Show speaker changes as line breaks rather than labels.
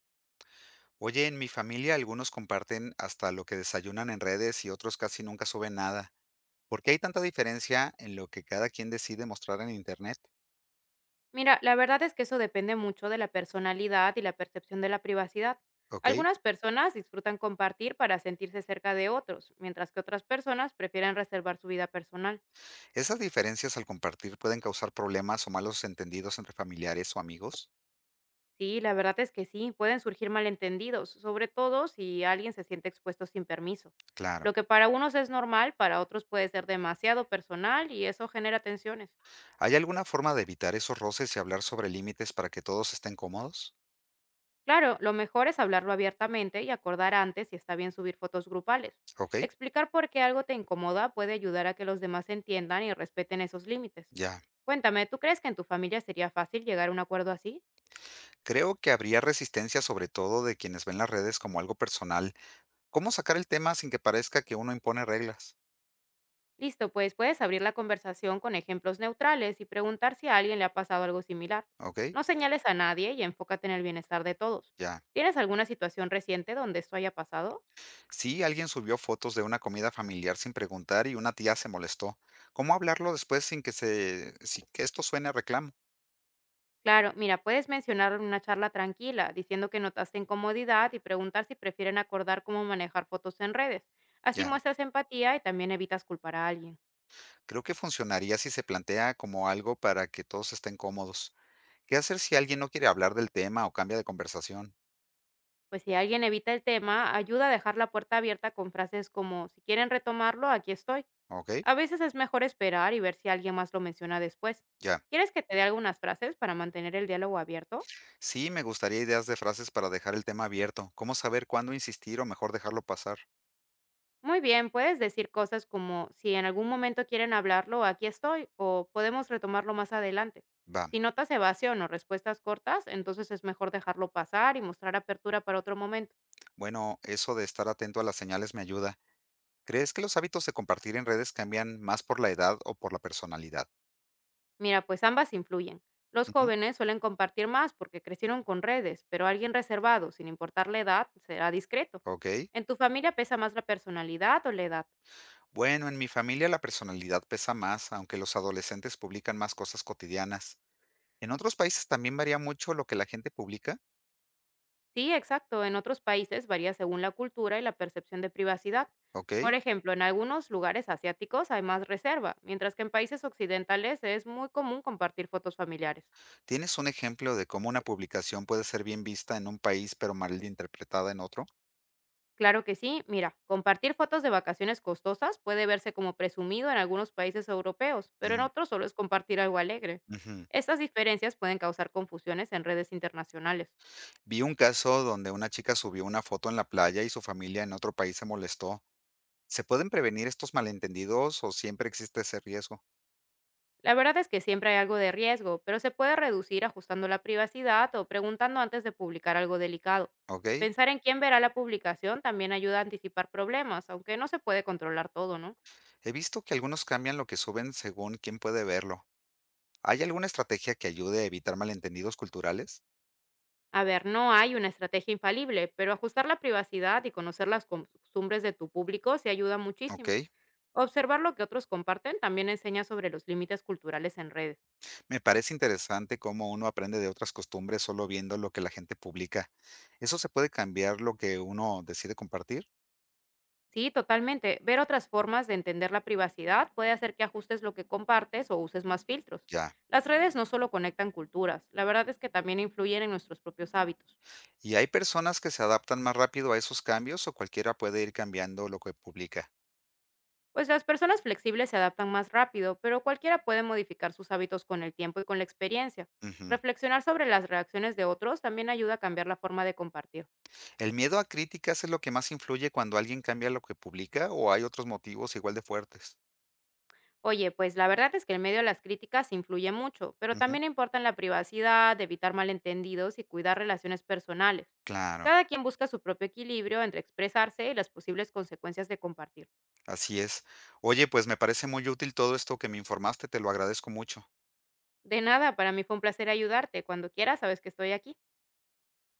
Oye, en mi familia algunos comparten hasta lo que desayunan en redes y otros casi nunca suben nada. ¿Por qué hay tanta diferencia en lo que cada quien decide mostrar en Internet?
Mira, la verdad es que eso depende mucho de la personalidad y la percepción de la privacidad.
¿Ok?
Algunas personas disfrutan compartir para sentirse cerca de otros, mientras que otras personas prefieren reservar su vida personal.
¿Esas diferencias al compartir pueden causar problemas o malos entendidos entre familiares o amigos?
Sí, la verdad es que sí, pueden surgir malentendidos, sobre todo si alguien se siente expuesto sin permiso.
Claro.
Lo que para unos es normal, para otros puede ser demasiado personal y eso genera tensiones.
¿Hay alguna forma de evitar esos roces y hablar sobre límites para que todos estén cómodos?
Claro, lo mejor es hablarlo abiertamente y acordar antes si está bien subir fotos grupales.
¿Ok?
Explicar por qué algo te incomoda puede ayudar a que los demás entiendan y respeten esos límites.
Ya.
Cuéntame, ¿tú crees que en tu familia sería fácil llegar a un acuerdo así?
Creo que habría resistencia sobre todo de quienes ven las redes como algo personal. ¿Cómo sacar el tema sin que parezca que uno impone reglas?
Listo, pues puedes abrir la conversación con ejemplos neutrales y preguntar si a alguien le ha pasado algo similar.
¿Ok?
No señales a nadie y enfócate en el bienestar de todos.
Ya.
¿Tienes alguna situación reciente donde esto haya pasado?
Sí, alguien subió fotos de una comida familiar sin preguntar y una tía se molestó. ¿Cómo hablarlo después sin que esto suene a reclamo?
Claro, mira, puedes mencionarlo en una charla tranquila, diciendo que notaste incomodidad y preguntar si prefieren acordar cómo manejar fotos en redes. Así
Ya,
muestras empatía y también evitas culpar a alguien.
creo que funcionaría si se plantea como algo para que todos estén cómodos. ¿Qué hacer si alguien no quiere hablar del tema o cambia de conversación?
Pues si alguien evita el tema, ayuda a dejar la puerta abierta con frases como, si quieren retomarlo, aquí estoy.
¿Ok?
A veces es mejor esperar y ver si alguien más lo menciona después.
Ya.
¿Quieres que te dé algunas frases para mantener el diálogo abierto?
Sí, me gustaría ideas de frases para dejar el tema abierto. ¿Cómo saber cuándo insistir o mejor dejarlo pasar?
Muy bien, puedes decir cosas como si en algún momento quieren hablarlo, aquí estoy, o podemos retomarlo más adelante.
Va.
Si notas evasión o respuestas cortas, entonces es mejor dejarlo pasar y mostrar apertura para otro momento.
Bueno, eso de estar atento a las señales me ayuda. ¿Crees que los hábitos de compartir en redes cambian más por la edad o por la personalidad?
Mira, pues ambas influyen. Los
Ujú.
jóvenes suelen compartir más porque crecieron con redes, pero alguien reservado, sin importar la edad, será discreto.
Ok.
¿En tu familia pesa más la personalidad o la edad?
Bueno, en mi familia la personalidad pesa más, aunque los adolescentes publican más cosas cotidianas. En otros países también varía mucho lo que la gente publica,
Sí, exacto. En otros países varía según la cultura y la percepción de privacidad.
¿ok?
Por ejemplo, en algunos lugares asiáticos hay más reserva, mientras que en países occidentales es muy común compartir fotos familiares.
¿Tienes un ejemplo de cómo una publicación puede ser bien vista en un país pero mal interpretada en otro?
Claro que sí, mira, compartir fotos de vacaciones costosas puede verse como presumido en algunos países europeos, pero en
Mm,
otros solo es compartir algo alegre.
ujú.
Estas diferencias pueden causar confusiones en redes internacionales.
Vi un caso donde una chica subió una foto en la playa y su familia en otro país se molestó. ¿Se pueden prevenir estos malentendidos o siempre existe ese riesgo?
La verdad es que siempre hay algo de riesgo, pero se puede reducir ajustando la privacidad o preguntando antes de publicar algo delicado.
¿Ok?
Pensar en quién verá la publicación también ayuda a anticipar problemas, aunque no se puede controlar todo, ¿no?
He visto que algunos cambian lo que suben según quién puede verlo. ¿Hay alguna estrategia que ayude a evitar malentendidos culturales?
A ver, no hay una estrategia infalible, pero ajustar la privacidad y conocer las costumbres de tu público se ayuda
Ok.
muchísimo. Observar lo que otros comparten también enseña sobre los límites culturales en redes.
Me parece interesante cómo uno aprende de otras costumbres solo viendo lo que la gente publica. ¿Eso se puede cambiar lo que uno decide compartir?
Sí, totalmente. Ver otras formas de entender la privacidad puede hacer que ajustes lo que compartes o uses más filtros.
Ya.
Las redes no solo conectan culturas, la verdad es que también influyen en nuestros propios hábitos.
¿Y hay personas que se adaptan más rápido a esos cambios o cualquiera puede ir cambiando lo que publica?
Pues las personas flexibles se adaptan más rápido, pero cualquiera puede modificar sus hábitos con el tiempo y con la experiencia.
Ujú.
Reflexionar sobre las reacciones de otros también ayuda a cambiar la forma de compartir.
¿El miedo a críticas es lo que más influye cuando alguien cambia lo que publica o hay otros motivos igual de fuertes?
Oye, pues la verdad es que el medio de las críticas influye mucho, pero
Ujú.
también importan la privacidad, evitar malentendidos y cuidar relaciones personales.
Claro,
Cada quien busca su propio equilibrio entre expresarse y las posibles consecuencias de compartir.
así es. Oye, pues me parece muy útil todo esto que me informaste, te lo agradezco mucho.
De nada, para mí fue un placer ayudarte. Cuando quieras, sabes que estoy aquí.